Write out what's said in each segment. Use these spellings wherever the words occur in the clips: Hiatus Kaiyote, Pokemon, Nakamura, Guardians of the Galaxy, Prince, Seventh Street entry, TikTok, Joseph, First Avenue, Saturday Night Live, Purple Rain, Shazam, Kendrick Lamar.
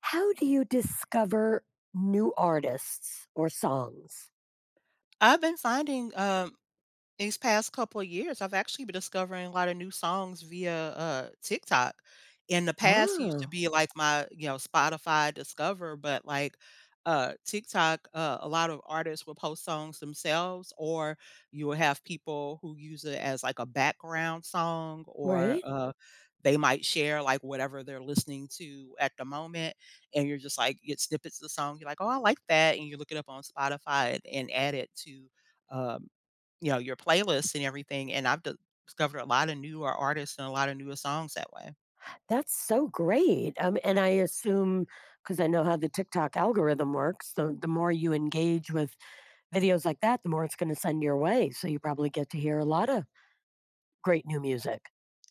How do you discover new artists or songs? I've been finding, these past couple of years, I've actually been discovering a lot of new songs via, TikTok. In the past, it used to Ah, be like my, you know, Spotify Discover, but, like, TikTok, a lot of artists will post songs themselves, or you will have people who use it as, like, a background song, or, right. They might share, like, whatever they're listening to at the moment, and you're just like, get snippets of the song, you're like, "Oh, I like that," and you look it up on Spotify and add it to, um you know, your playlist and everything, and I've d discovered a lot of newer artists and a lot of newer songs that way. That's so great. And I assume because I know how the TikTok algorithm works, the more you engage with videos like that, the more it's going to send your way. So you probably get to hear a lot of great new music.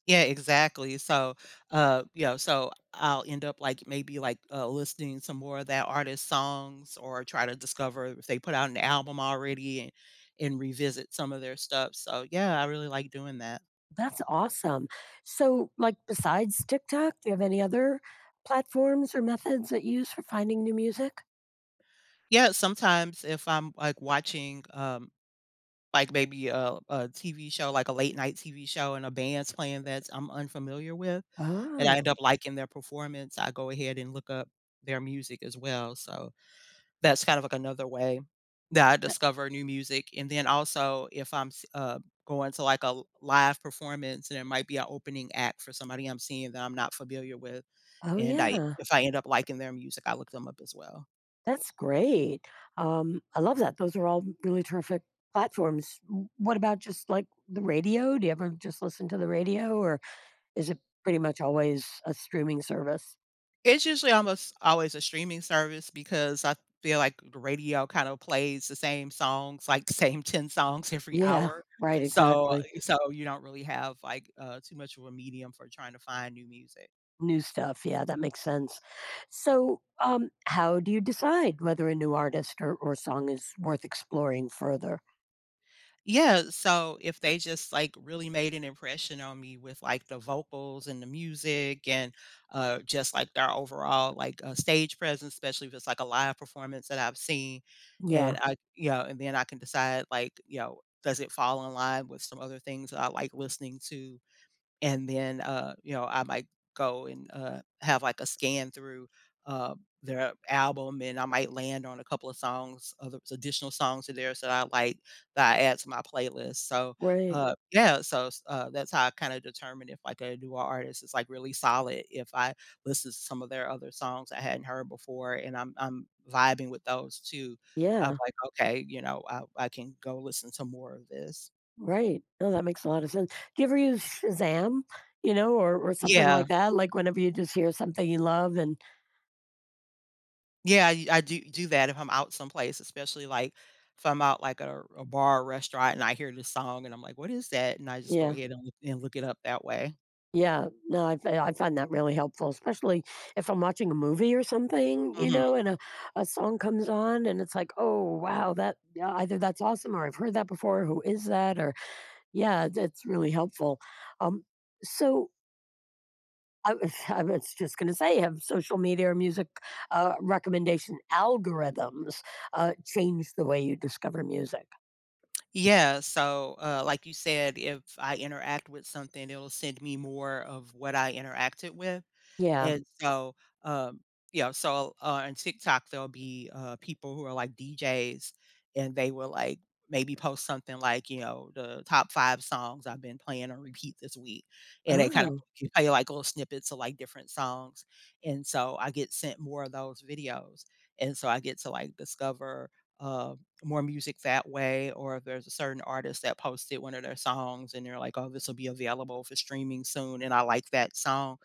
Yeah, exactly. So, you know, so I'll end up, like, maybe, like, listening some more of that artist's songs or try to discover if they put out an album already and revisit some of their stuff. So, yeah, I really like doing that. That's awesome. So, like, besides TikTok, do you have any other platforms or methods that you use for finding new music? Yeah, sometimes if I'm, like, watching, like, maybe a TV show, like a late night TV show and a band's playing that I'm unfamiliar with, and I end Oh, up liking their performance, I go ahead and look up their music as well, so that's kind of like another way that I uh, discover new music, and then also if I'm s going to, like, a l live performance and there might be an opening act for somebody I'm seeing that I'm not familiar with, oh, and I yeah. if I end up liking their music, I look them up as well. That's great. I love that. Those are all really terrific platforms. What about just like the radio? Do you ever just listen to the radio or is it pretty much always a streaming service? It's usually almost always a streaming service because I feel like the radio kind of plays the same songs, like same 10 songs every Yeah, hour. right, So exactly. so you don't really have like too much of a medium for trying to find new music. New stuff. Yeah, that makes sense. So, how do you decide whether a new artist or song is worth exploring further? Yeah, so if they just like really made an impression on me with like the vocals and the music and just like their overall like stage presence, especially if it's like a live performance that I've seen Yeah, and and then I can decide like, you know, does it fall in line with some other things that I like listening to and then, you know, I might go and, have, like, a scan through, uh, their album, and I might land on a couple of songs, other additional songs of theirs that I like, that I add to my playlist. So, right. Yeah, so, s that's how I kinda determine if, like, a newer artist is, like, really solid, if I listen to some of their other songs I hadn't heard before, and I'm vibing with those too. I'm Yeah. like, "Okay, you know, I can go listen to more of this." Right. No, that makes a lot of sense. Do you ever use Shazam, you know, or something Yeah. like that? Like whenever you just hear something you love and Yeah, I do do that if I'm out someplace, especially, like, if I'm out, like, at a bar or restaurant and I hear this song and I'm like, "What is that?" And I just go yeah. ahead and and look it up that way. Yeah, no, I, I find that really helpful, especially if I'm watching a movie or something, you Mhm. know, and a song comes on and it's like, oh, wow, that yeah, either that's awesome or I've heard that before. Who is that? Or yeah, it's really helpful. Um, so I was I was just gonna say, have social media or music, recommendation algorithms, changed the way you discover music? Yeah, so, like you said, if I interact with something, it'll send me more of what I interacted with. Yeah. And so, um, you know, so on TikTok there'll be people who are like DJs, and they will like maybe post something like, you know, the top 5 songs I've been playing on repeat this week, and they kind of Oh, play like little snippets of like different songs, and so I get sent more of those videos, and so I get to like discover. Uh, More music that way, or if there's a certain artist that posted one of their songs and they're like, "Oh, this will be available for streaming soon," and I like that song,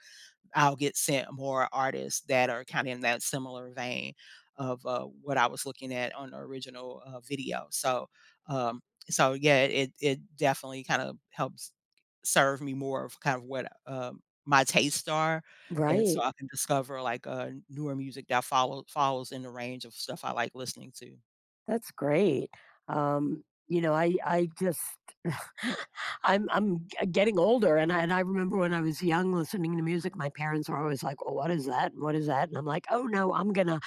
I'll get sent more artists that are kinda in that similar vein of, what I was looking at on the original, video. So, um, so yeah, it definitely kind of helps serve me more of kind of what, my tastes are, and so right. I can discover, like, newer music that follows in the range of stuff I like listening to. That's great. You know, I just I'm getting older, and I remember when I was young listening to music, my parents were always like, "Well, what is that? And what is that?" And I'm like, "Oh no,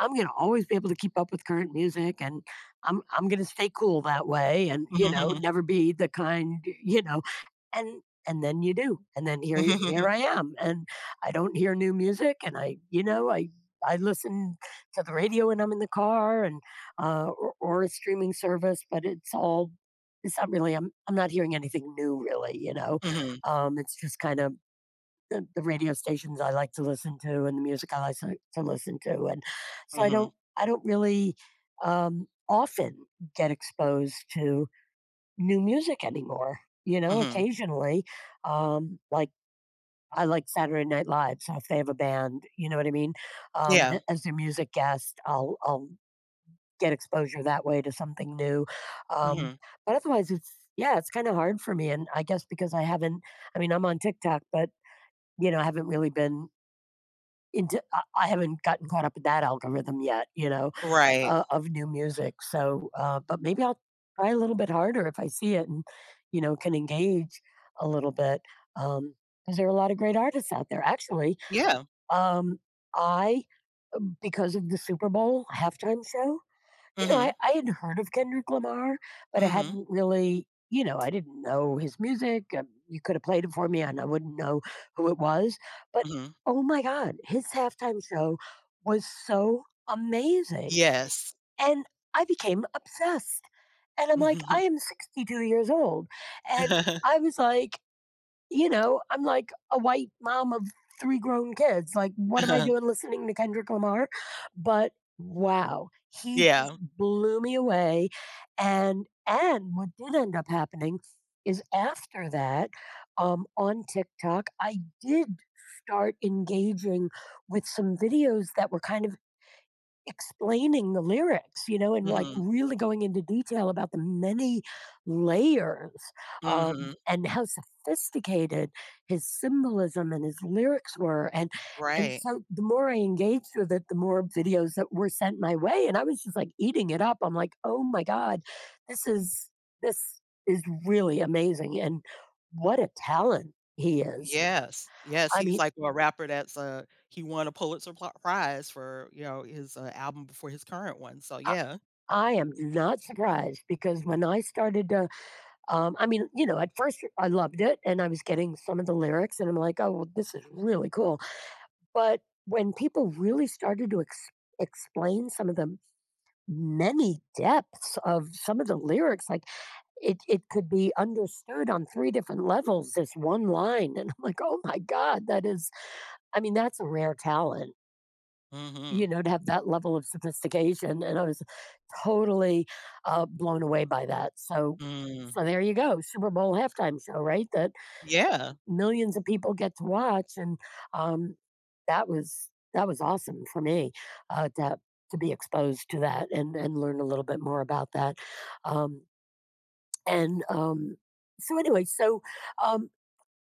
I'm gonna always be able to keep up with current music, and I'm gonna stay cool that way, and you know, never be the kind, you know, and and then you do, and then Mhm, here mhm, I am, and I don't hear new music, and I, you know, I listen to the radio when I'm in the car, and or a streaming service, but it's all it's not really. I'm not hearing anything new, really. You know, mhm, it's just kind of the radio stations I like to listen to, and the music I like to listen to, and so I mhm, don't I don't really often get exposed to new music anymore. You mhm, know, mhm. occasionally, like I like Saturday Night Live, so if they have a band, you know what I mean, Yeah, as their music guest, I'll get exposure that way to something new. Um, mhm. but otherwise, it's yeah, it's kind of hard for me, and I guess because I haven't, I mean, I'm on TikTok, but you know, I haven't really been into, I haven't gotten caught up in that algorithm yet. You know, Right. Of new music. So, but maybe I'll try a little bit harder if I see it and, you know, can engage a little bit. Um, because there are a lot of great artists out there. Actually, Yeah. um, I, because of the Super Bowl halftime show, you know, Mhm, I had heard of Kendrick Lamar, but I mhm, hadn't really, you know, I didn't know his music. You could have played it for me and I wouldn't know who it was. But mhm. oh my God, his halftime show was so amazing. Yes. And I became obsessed. And I'm like, I am 62 years old. And I was like, you know, I'm like a white mom of three grown kids. Like, what am I doing listening to Kendrick Lamar? But wow, he just Yeah. blew me away. And what did end up happening is after that, on TikTok, I did start engaging with some videos that were kind of explaining the lyrics, you know, and like Mhm. really going into detail about the many layers Mhm. and how sophisticated his symbolism and his lyrics were. And Right. so the more I engaged with it, the more videos that were sent my way. And I was just like eating it up. I'm like, oh my God, this is this is really amazing. And what a talent he is. Yes. Yes, I he's mean, like a rapper that's, he won a Pulitzer pli Prize for, you know, his, album before his current one, so I, yeah. I am not surprised because when I started to I mean, you know, at first I loved it and I was getting some of the lyrics and I'm like, oh, well, this is really cool. But when people really started to explain some of the many depths of some of the lyrics, like it could be understood on three different levels, this one line. And I'm like, oh my God, that is, I mean, that's a rare talent, you Mhm. know, to have that level of sophistication. And I was totally blown away by that. So, Mm. so there you go, Super Bowl halftime show, right? That Yeah. millions of people get to watch and um, that was awesome for me uh, to to be exposed to that and learn a little bit more about that um, and so anyway so um,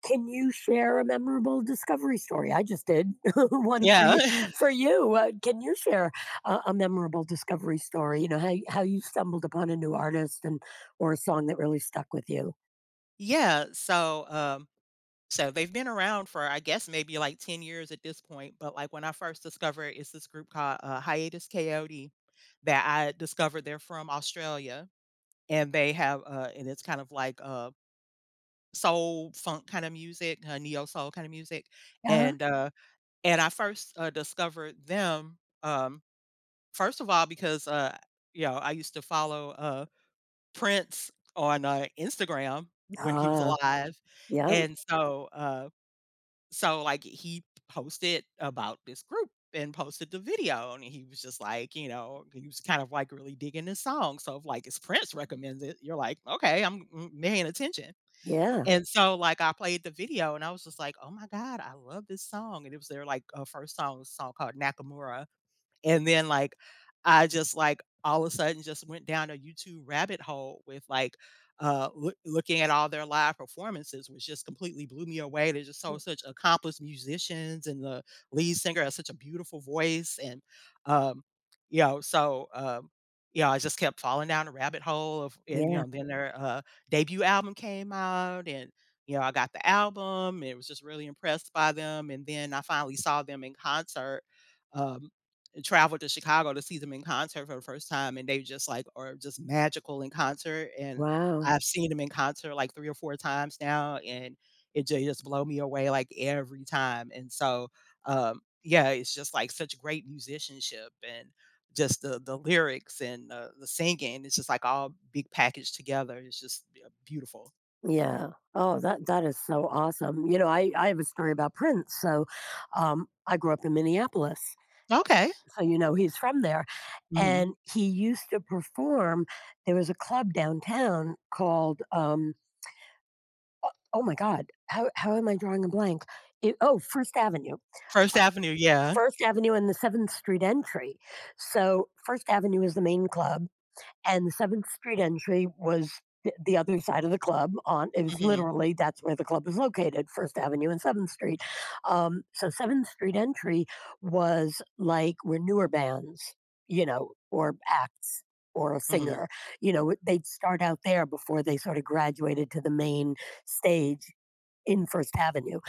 can you share a memorable discovery story I just did one Yeah. For you can you share a memorable discovery story you know how you stumbled upon a new artist and or a song that really stuck with you Yeah, so, so they've been around for, I guess, maybe, like, 10 years at this point, but, like, when I first discovered it's this group called, Hiatus Kaiyote that I discovered they're from Australia, and they have, and it's kind of like, soul, funk kind of music, neo soul kind of music, yeah. and uh, and I first discovered them first of all because you know I used to follow Prince on Instagram when he was Ah. alive, yeah and so so like he posted about this group and posted the video and he was just like you know he was kind of like really digging this song so if like it's prince recommends it you're like okay I'm paying attention yeah, and so, like, I played the video and I was just like, "Oh my god, I love this song," and it was their, like, 1st song, a song called Nakamura. And then, like, I just, like, all of a sudden just went down a YouTube rabbit hole with, like, looking at all their live performances, which just completely blew me away. They're just so such accomplished musicians, and the lead singer has such a beautiful voice, and, um, you know, so, you know, I just kept falling down a rabbit hole of and, you yeah know, then their, debut album came out, and, you know, I got the album, and was just really impressed by them, and then I finally saw them in concert, um traveled to Chicago to see them in concert for the first time, and they just, like, are just magical in concert, and Wow. I've seen them in concert, like, 3 or 4 times now, and it j just blow me away, like, every time, and so, yeah, it's just, like, such great musicianship and just the lyrics and the singing, it's just, like, all big packaged together, it's just, yeah, beautiful. Yeah. Oh, that that is so awesome. You know, I have a story about Prince. So, I grew up in Minneapolis. Okay. So you know he's from there, Mhm. and he used to perform. There was a club downtown called oh my God, how am I drawing a blank? It, oh, First Avenue, First Avenue, yeah. First Avenue and the Seventh Street entry. So First Avenue is the main club and the 7th Street entry was the other side of the club on it was Mhm, literally that's where the club was located, First Avenue and 7th Street. So 7th Street entry was like where newer bands, you know, or acts or a mhm. singer, you know, they'd start out there before they sort of graduated to the main stage, in First Avenue.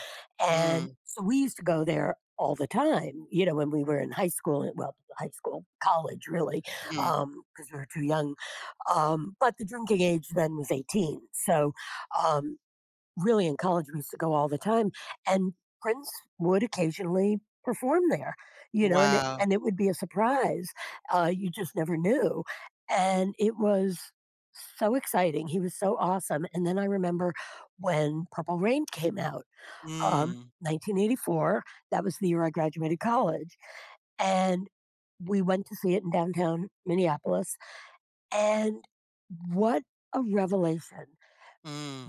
And Mm, so we used to go there all the time, you know, when we were in high school, well, high school, college really, mm. because we were too young. But the drinking age then was 18. So um, really in college we used to go all the time and prince would occasionally perform there you know Wow. and it would be a surprise you just never knew and it was so exciting he was so awesome and then I remember when Purple Rain came out Mm, 1984, that was the year I graduated college and we went to see it in downtown Minneapolis and what a revelation mm.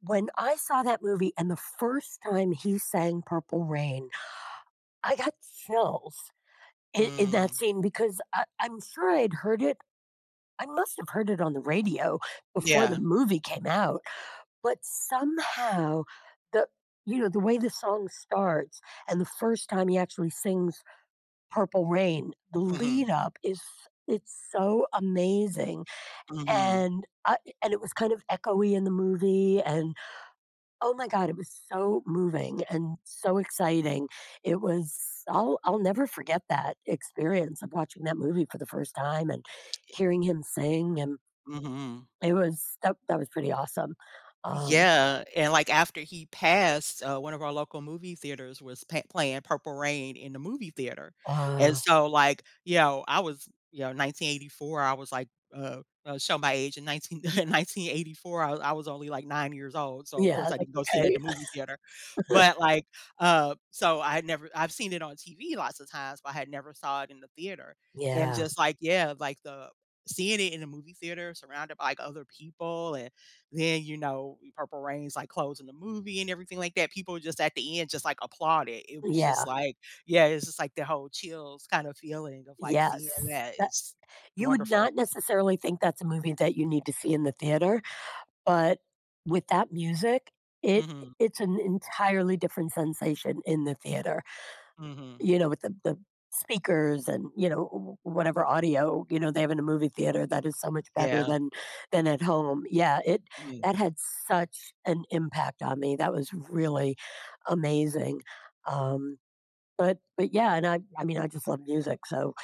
when I saw that movie and the first time he sang Purple Rain, I got chills in that Mm. scene because I, I'm sure I'd heard it. I must have heard it on the radio before the Yeah. movie came out, but somehow the you know the way the song starts and the first time he actually sings Purple Rain, the Mhm. lead up is it's so amazing Mhm. and I, and it was kind of echoey in the movie and oh my god, it was so moving and so exciting. It was I'll never forget that experience of watching that movie for the first time and hearing him sing and Mhm. it was that, that was pretty awesome. Um Yeah, and, like, after he passed, one of our local movie theaters was pa playing Purple Rain in the movie theater, and uh so, like, you know, 1984, I was, like, show my age in 19 1984. I was only, like, 9 years old, so, of yeah, course, I that's didn't go see it at okay. the movie theater, but, like, so I had never I've seen it on TV lots of times, but I had never saw it in the theater, and Yeah. just, yeah, like, the seeing it in a movie theater surrounded by, like, other people and then, you know, Purple Rain's, like, closing the movie and everything like that, people just at the end just, like, applauded. It was Yeah. just like yeah, it's just like the whole chills kind of feeling of, like, Yes. seeing that. That, It's you would wonderful. not necessarily think that's a movie that you need to see in the theater, but with that music, it Mhm, it's an entirely different sensation in the theater. mhm. You know, with the speakers and, you know, w whatever audio, you know, they have in a movie theater that is so much better Yeah. Than at home. Yeah, it Mm. that had such an impact on me. That was really amazing. Um, but yeah, and I mean, I just love music, so,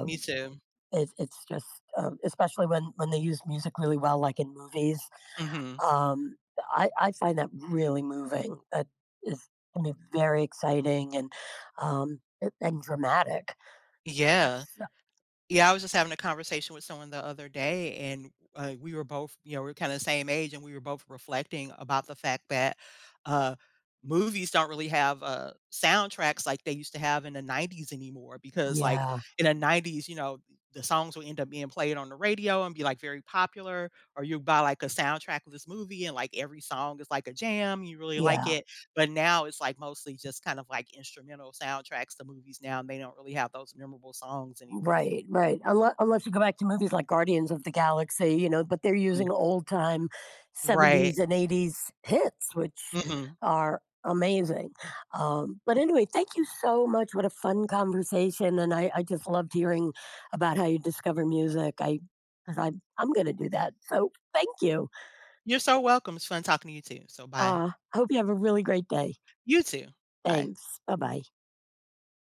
Me too. It's just, especially when they use music really well, like in movies, Mhm. um, I find that really moving. That is can be very exciting and, a and dramatic. Yeah. So Yeah, I was just having a conversation with someone the other day, and we were both, you know, we are kind of the same age, and we were both reflecting about the fact that uh, movies don't really have soundtracks like they used to have in the 90s anymore. Because, like, yeah, in the 90s, you know, the songs would end up being played on the radio and be like very popular, or you buy like a soundtrack of this movie, and like every song is like a jam, you really like yeah. it. But now it's like mostly just kind of like instrumental soundtracks to movies now, and they don't really have those memorable songs anymore. Right, right. Unless you go back to movies like Guardians of the Galaxy, you know, but they're using Mm, old time 70s right. and 80s hits, which Mhm. are amazing. But anyway, thank you so much. What a fun conversation. And I just loved hearing about how you discover music. I, 'cause I I'm going to do that. So thank you. You're so welcome. It's fun talking to you too. So bye. Hope you have a really great day. You too. Bye. Thanks. Bye bye.